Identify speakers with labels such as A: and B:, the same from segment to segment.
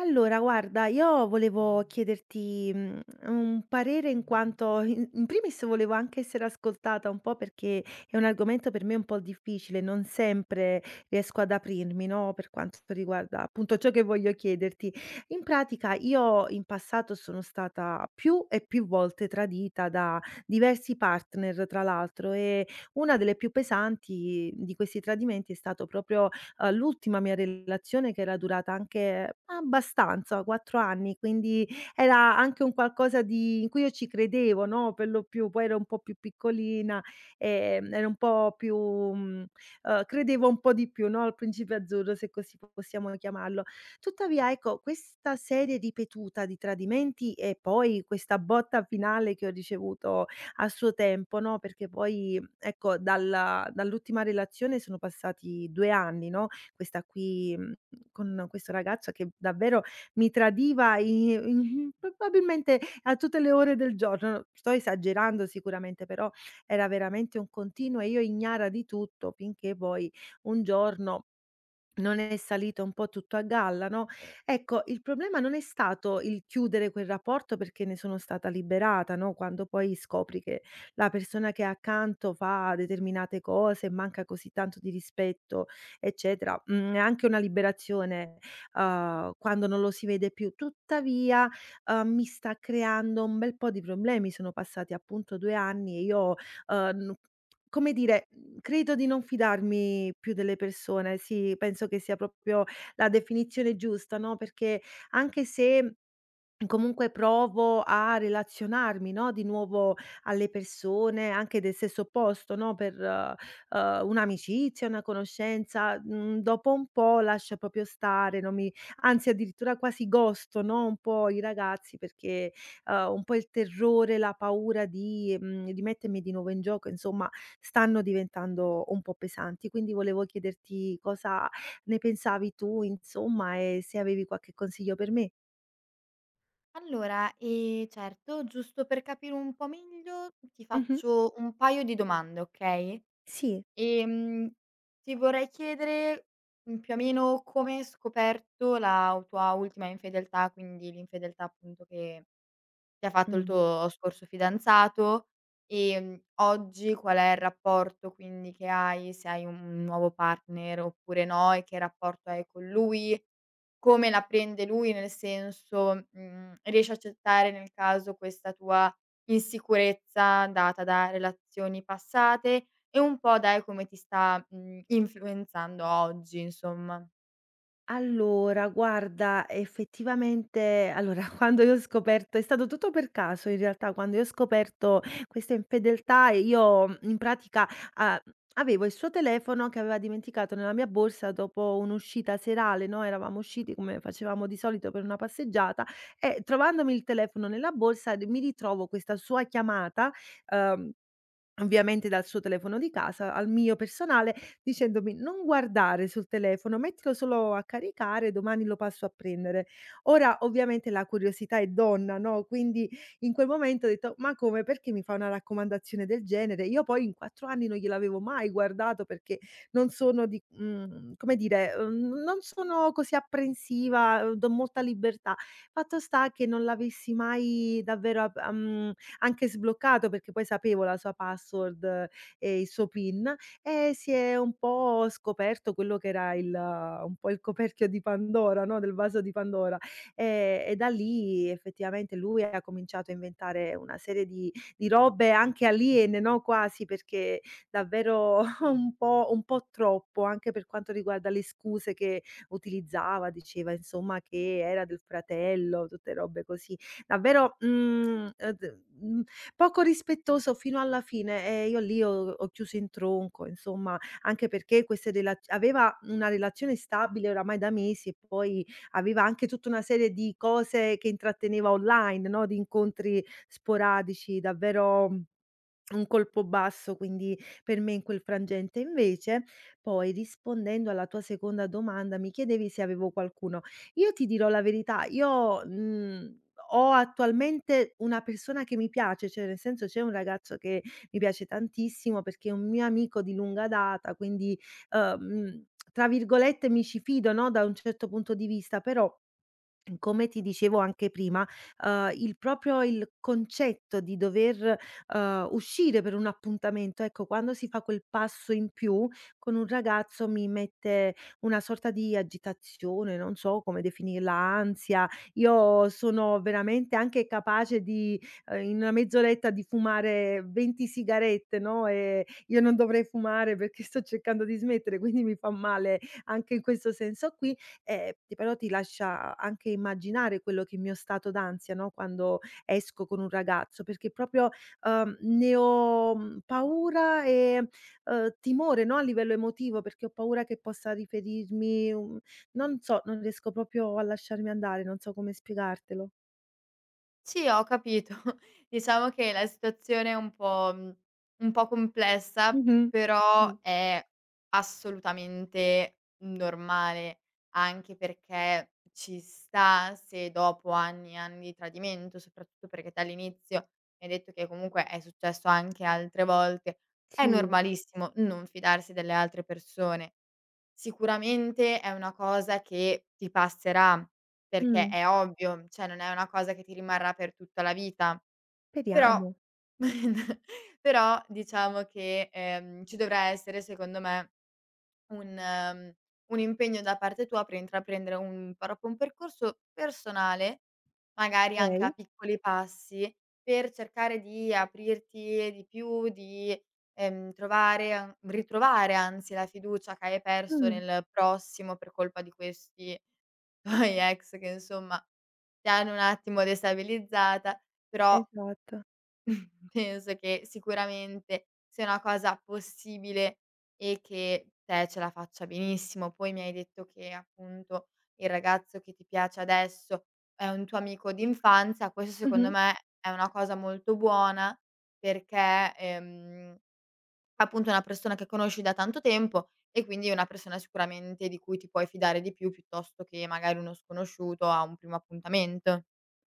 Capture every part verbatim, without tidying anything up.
A: Allora guarda, io volevo chiederti, mhmm, un parere in quanto in in primis volevo anche essere ascoltata un po' perché è un argomento per me un po' difficile, non sempre riesco ad aprirmi, no, per quanto riguarda appunto ciò che voglio chiederti. In pratica io in passato sono stata più e più volte tradita da diversi partner tra l'altro e una delle più pesanti di questi tradimenti è stato proprio uhm, l'ultima mia relazione che era durata anche abbastanza, quattro anni, quindi era anche un qualcosa di in cui io ci credevo, no, per lo più, poi ero un po' più piccolina, ehm, ero un po' più mhmm, uhm, credevo un po' di più, no, al principe azzurro, se così possiamo chiamarlo. Tuttavia, ecco, questa serie ripetuta di tradimenti e poi questa botta finale che ho ricevuto a suo tempo, no, perché poi, ecco, dalla dall'ultima relazione sono passati due anni, no, questa qui, mhmm, con questo ragazzo che davvero mi tradiva i in probabilmente a tutte le ore del giorno. Sto esagerando sicuramente, però era veramente un continuo e io ignara di tutto finché poi un giorno non è salito un po' tutto a galla, no, ecco, il problema non è stato il chiudere quel rapporto perché ne sono stata liberata, no, quando poi scopri che la persona che hai accanto fa determinate cose, manca così tanto di rispetto, eccetera, mhmm, è anche una liberazione, uhm, quando non lo si vede più. Tuttavia, uhm, mi sta creando un bel po' di problemi. Sono passati appunto due anni e io, uhm, n come dire, mhmm, credo di non fidarmi più delle persone. Sì, penso che sia proprio la definizione giusta, no, perché anche se comunque provo a relazionarmi, no, di nuovo alle persone anche del stesso posto, no, per, uhm, un'amicizia, una conoscenza, mhmm, dopo un po' lascio proprio stare, non mi anzi addirittura quasi ghosto, no, un po' i ragazzi perché, uhm, un po' il terrore, la paura di mhmm, di mettermi di nuovo in gioco, insomma, stanno diventando un po' pesanti. Quindi volevo chiederti cosa ne pensavi tu, insomma, e se avevi qualche consiglio per me.
B: Allora, ehm, certo, giusto per capire un po' meglio ti
A: Mh-mh.
B: faccio un paio di domande, okay,
A: Sì.
B: ehm, ti vorrei chiedere, mhmm, più o meno come hai scoperto la tua ultima infedeltà, quindi l'infedeltà appunto che che ha fatto il
A: Mh.
B: tuo scorso fidanzato, ehm, oggi qual è il rapporto quindi che hai, se hai un nuovo partner oppure no, e che rapporto hai con lui, come la prende lui, nel senso, mhmm, riesce a accettare nel caso questa tua insicurezza data da relazioni passate e un po' dai come ti sta, mhmm, influenzando oggi, insomma.
A: Allora, guarda, effettivamente allora, quando io ho scoperto è stato tutto per caso in realtà, quando io ho scoperto questa infedeltà, io mhmm, in pratica, a avevo il suo telefono che aveva dimenticato nella mia borsa dopo un'uscita serale, no, eravamo usciti come facevamo di solito per una passeggiata e trovandomi il telefono nella borsa, d mi ritrovo questa sua chiamata. uhm Ovviamente dal suo telefono di casa al mio personale, dicendomi: "Non guardare sul telefono, mettilo solo a caricare, domani lo passo a prendere". Ora ovviamente la curiosità è donna, no, quindi in quel momento ho detto: "Ma come, perché mi fa una raccomandazione del genere?" Io poi in quattro anni non gliel'avevo mai guardato perché non sono di mhmm, come dire, uhm, non sono così apprensiva, uhm, do molta libertà. Fatto sta che non l'avessi mai davvero ap uhm anche sbloccato perché poi sapevo la sua password e il suo PIN e si è un po' scoperto quello che era il un po' il coperchio di Pandora, no, del vaso di Pandora. Ehm, e da lì effettivamente lui ha cominciato a inventare una serie di di robe anche aliene, no, quasi perché davvero un po' un po' troppo, anche per quanto riguarda le scuse che utilizzava, diceva insomma che era del fratello, tutte robe così davvero, mhmm, uhm, d mhmm, poco rispettoso fino alla fine e io lì ho ho chiuso in tronco, insomma, anche perché queste rela aveva una relazione stabile oramai da mesi e poi aveva anche tutta una serie di cose che intratteneva online, no, di incontri sporadici, davvero mm, un colpo basso, quindi per me in quel frangente. Invece poi rispondendo alla tua seconda domanda, mi chiedevi se avevo qualcuno. Io ti dirò la verità, io, mhmm, ho attualmente una persona che mi piace, cioè nel senso c'è un ragazzo che mi piace tantissimo perché è un mio amico di lunga data, quindi, uhm, mhmm, tra virgolette "mi ci fido", no, da un certo punto di vista. Però, Mhmm, come ti dicevo anche prima, uhm, il proprio il concetto di dover, uhm, uscire per un appuntamento, ecco, quando si fa quel passo in più con un ragazzo mi mette una sorta di agitazione, non so come definirla, ansia. Io sono veramente anche capace di, ehm, in una mezz'oretta di fumare venti sigarette, no, ehm, io non dovrei fumare perché sto cercando di smettere, quindi mi fa male anche in questo senso qui. Ehm, ti però ti lascia anche immaginare quello che è il mio stato d'ansia, no, quando esco con un ragazzo, perché proprio, uhm, ne ho, mhmm, paura e, uhm, timore, no, a livello emotivo, perché ho paura che possa riferirmi un non so, non riesco proprio a lasciarmi andare, non so come spiegartelo.
B: Sì, ho capito. Diciamo che la situazione è un po' mhmm, un po' complessa,
A: Mh-mh. Mh.
B: però è assolutamente normale, anche perché ci sta se dopo anni e anni di tradimento, soprattutto perché te all'inizio mi hai detto che comunque è successo anche altre volte, è
A: Sì.
B: normalissimo non fidarsi delle altre persone. Sicuramente è una cosa che ti passerà, perché
A: Mh.
B: è ovvio, cioè non è una cosa che ti rimarrà per tutta la vita, però
A: Speriamo.
B: però diciamo che, ehm, ci dovrà essere secondo me un ehm, un impegno da parte tua per intraprendere un proprio un percorso personale, magari anche a
A: Okay.
B: piccoli passi, per cercare di aprirti di più, di, ehm, trovare an ritrovare anzi la fiducia che hai perso
A: Mh.
B: nel prossimo per colpa di questi tuoi ex che insomma ti hanno un attimo destabilizzata, però
A: Esatto.
B: Penso che sicuramente sia una cosa possibile e che te ce la faccia benissimo. Poi mi hai detto che appunto il ragazzo che ti piace adesso è un tuo amico d'infanzia, questo secondo
A: Mh-mh.
B: me è una cosa molto buona perché, ehm, appunto è una persona che conosci da tanto tempo e quindi è una persona sicuramente di cui ti puoi fidare di più piuttosto che magari uno sconosciuto a un primo appuntamento.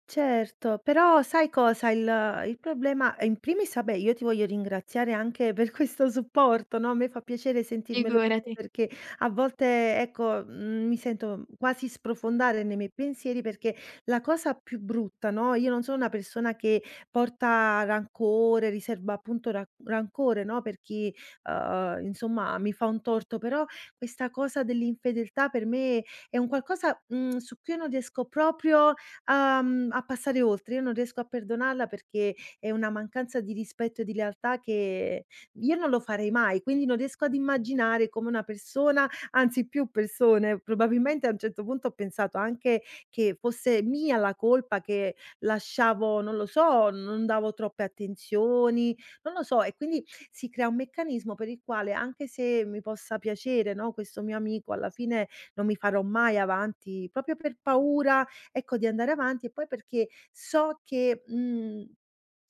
A: Certo, però sai cosa? Il il problema, eh, in primis vabbè, io ti voglio ringraziare anche per questo supporto, no, a me fa piacere sentirmelo dire
B: Figurati.
A: perché a volte, ecco, mhmm, mi sento quasi sprofondare nei miei pensieri perché la cosa più brutta, no, io non sono una persona che porta rancore, riserva appunto ra rancore, no, per chi, uhm, insomma mi fa un torto, però questa cosa dell'infedeltà per me è un qualcosa, mhmm, su cui io non riesco proprio a mhmm, a passare oltre. Io non riesco a perdonarla perché è una mancanza di rispetto e di lealtà che io non lo farei mai, quindi non riesco ad immaginare come una persona, anzi più persone, probabilmente a un certo punto ho pensato anche che fosse mia la colpa, che lasciavo non lo so, non davo troppe attenzioni, non lo so, e quindi si crea un meccanismo per il quale anche se mi possa piacere, no, questo mio amico, alla fine non mi farò mai avanti proprio per paura, ecco, di andare avanti e poi perché so che, mhmm,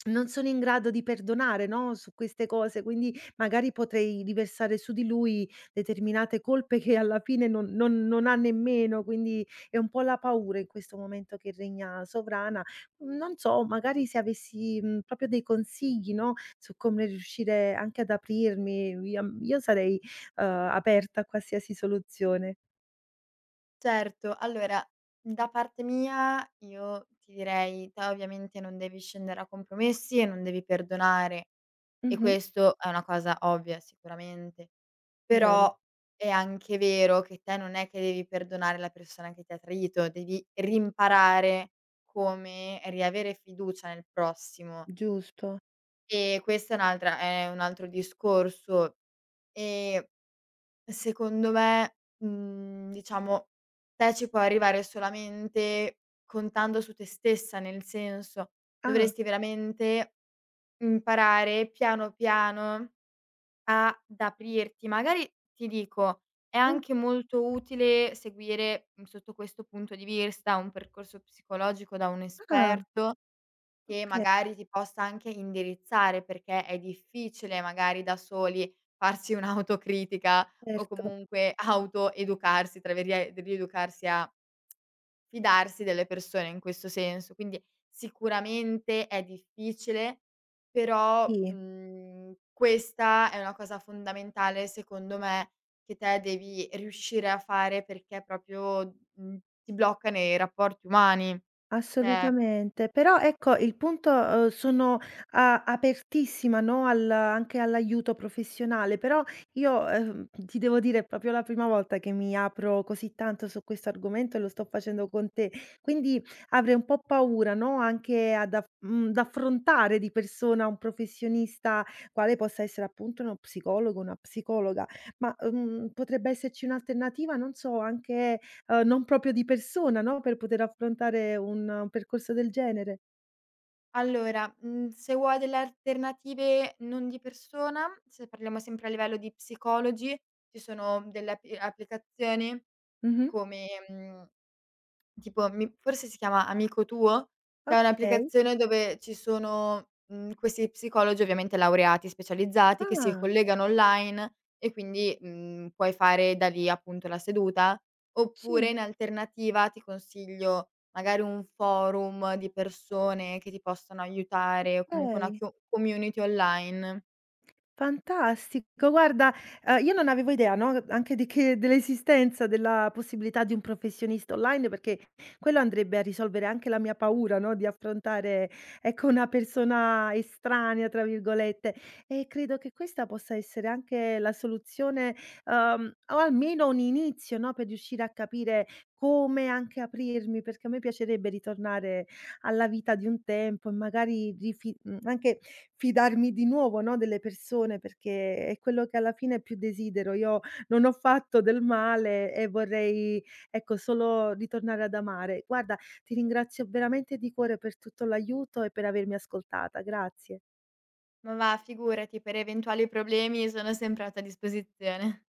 A: non sono in grado di perdonare, no, su queste cose, quindi magari potrei riversare su di lui determinate colpe che alla fine non non non ha nemmeno, quindi è un po' la paura in questo momento che regna sovrana. Non so, magari se avessi, mhmm, proprio dei consigli, no, su come riuscire anche ad aprirmi, io m io sarei, uhm, aperta a qualsiasi soluzione.
B: Certo, allora da parte mia io ti direi: te ovviamente non devi scendere a compromessi e non devi perdonare e
A: Mh-mh,
B: questo è una cosa ovvia sicuramente,
A: vero,
B: però è anche vero che te non è che devi perdonare la persona che ti ha tradito, devi rimparare come riavere fiducia nel prossimo
A: giusto.
B: e questa è un'altra è un altro discorso, ehm Secondo me, mhmm, diciamo, te ci puoi arrivare solamente contando su te stessa, nel senso,
A: Ah,
B: dovresti veramente imparare piano piano ad aprirti. Magari, ti dico, è
A: mh.
B: anche molto utile seguire, mhmm, sotto questo punto di vista, un percorso psicologico da un
A: Ah,
B: esperto che
A: okay,
B: magari ti possa anche indirizzare, perché è difficile magari da soli farsi un'autocritica o
A: certo,
B: comunque autoeducarsi, tra virie rieducarsi a fidarsi delle persone in questo senso. Quindi sicuramente è difficile, però,
A: sì,
B: mhmm, questa è una cosa fondamentale secondo me che te devi riuscire a fare perché proprio, mhmm, ti blocca nei rapporti umani. Cioè.
A: assolutamente. Però ecco, il punto, uhm, sono a apertissima, no, al anche all'aiuto professionale, però io, ehm, ti devo dire è proprio la prima volta che mi apro così tanto su questo argomento e lo sto facendo con te. Quindi avrei un po' paura, no, anche ad aff mhmm, d'affrontare di persona un professionista, quale possa essere appunto uno psicologo, una psicologa. Ma, uhm, potrebbe esserci un'alternativa, non so, anche Uhm, non proprio di persona, no, per poter affrontare un un percorso del genere.
B: Allora, mhmm, se vuoi delle alternative non di persona, se parliamo sempre a livello di psicologi, ci sono delle app applicazioni
A: Mh-mh.
B: come, mhmm Tipo mi forse si chiama Amico tuo, che è
A: Okay.
B: un'applicazione dove ci sono, mhmm, questi psicologi ovviamente laureati, specializzati, che si
A: Ah,
B: collegano online e quindi, mhmm, puoi fare da lì appunto la seduta, oppure
A: sì,
B: in alternativa ti consiglio magari un forum di persone che ti possono aiutare o comunque una
A: okay.
B: chio community online.
A: Fantastico, guarda, ehm, io non avevo idea, no, anche di che dell'esistenza della possibilità di un professionista online, perché quello andrebbe a risolvere anche la mia paura, no, di affrontare, ecco, una persona "estranea" tra virgolette, e credo che questa possa essere anche la soluzione, uhm, o almeno un inizio, no, per riuscire a capire come anche aprirmi, perché a me piacerebbe ritornare alla vita di un tempo e magari rifi mhmm, anche fidarmi di nuovo, no, delle persone, perché è quello che alla fine più desidero. Io non ho fatto del male e vorrei, ecco, solo ritornare ad amare. Guarda, ti ringrazio veramente di cuore per tutto l'aiuto e per avermi ascoltata. Grazie.
B: Ma va, figurati, per eventuali problemi sono sempre a tua disposizione.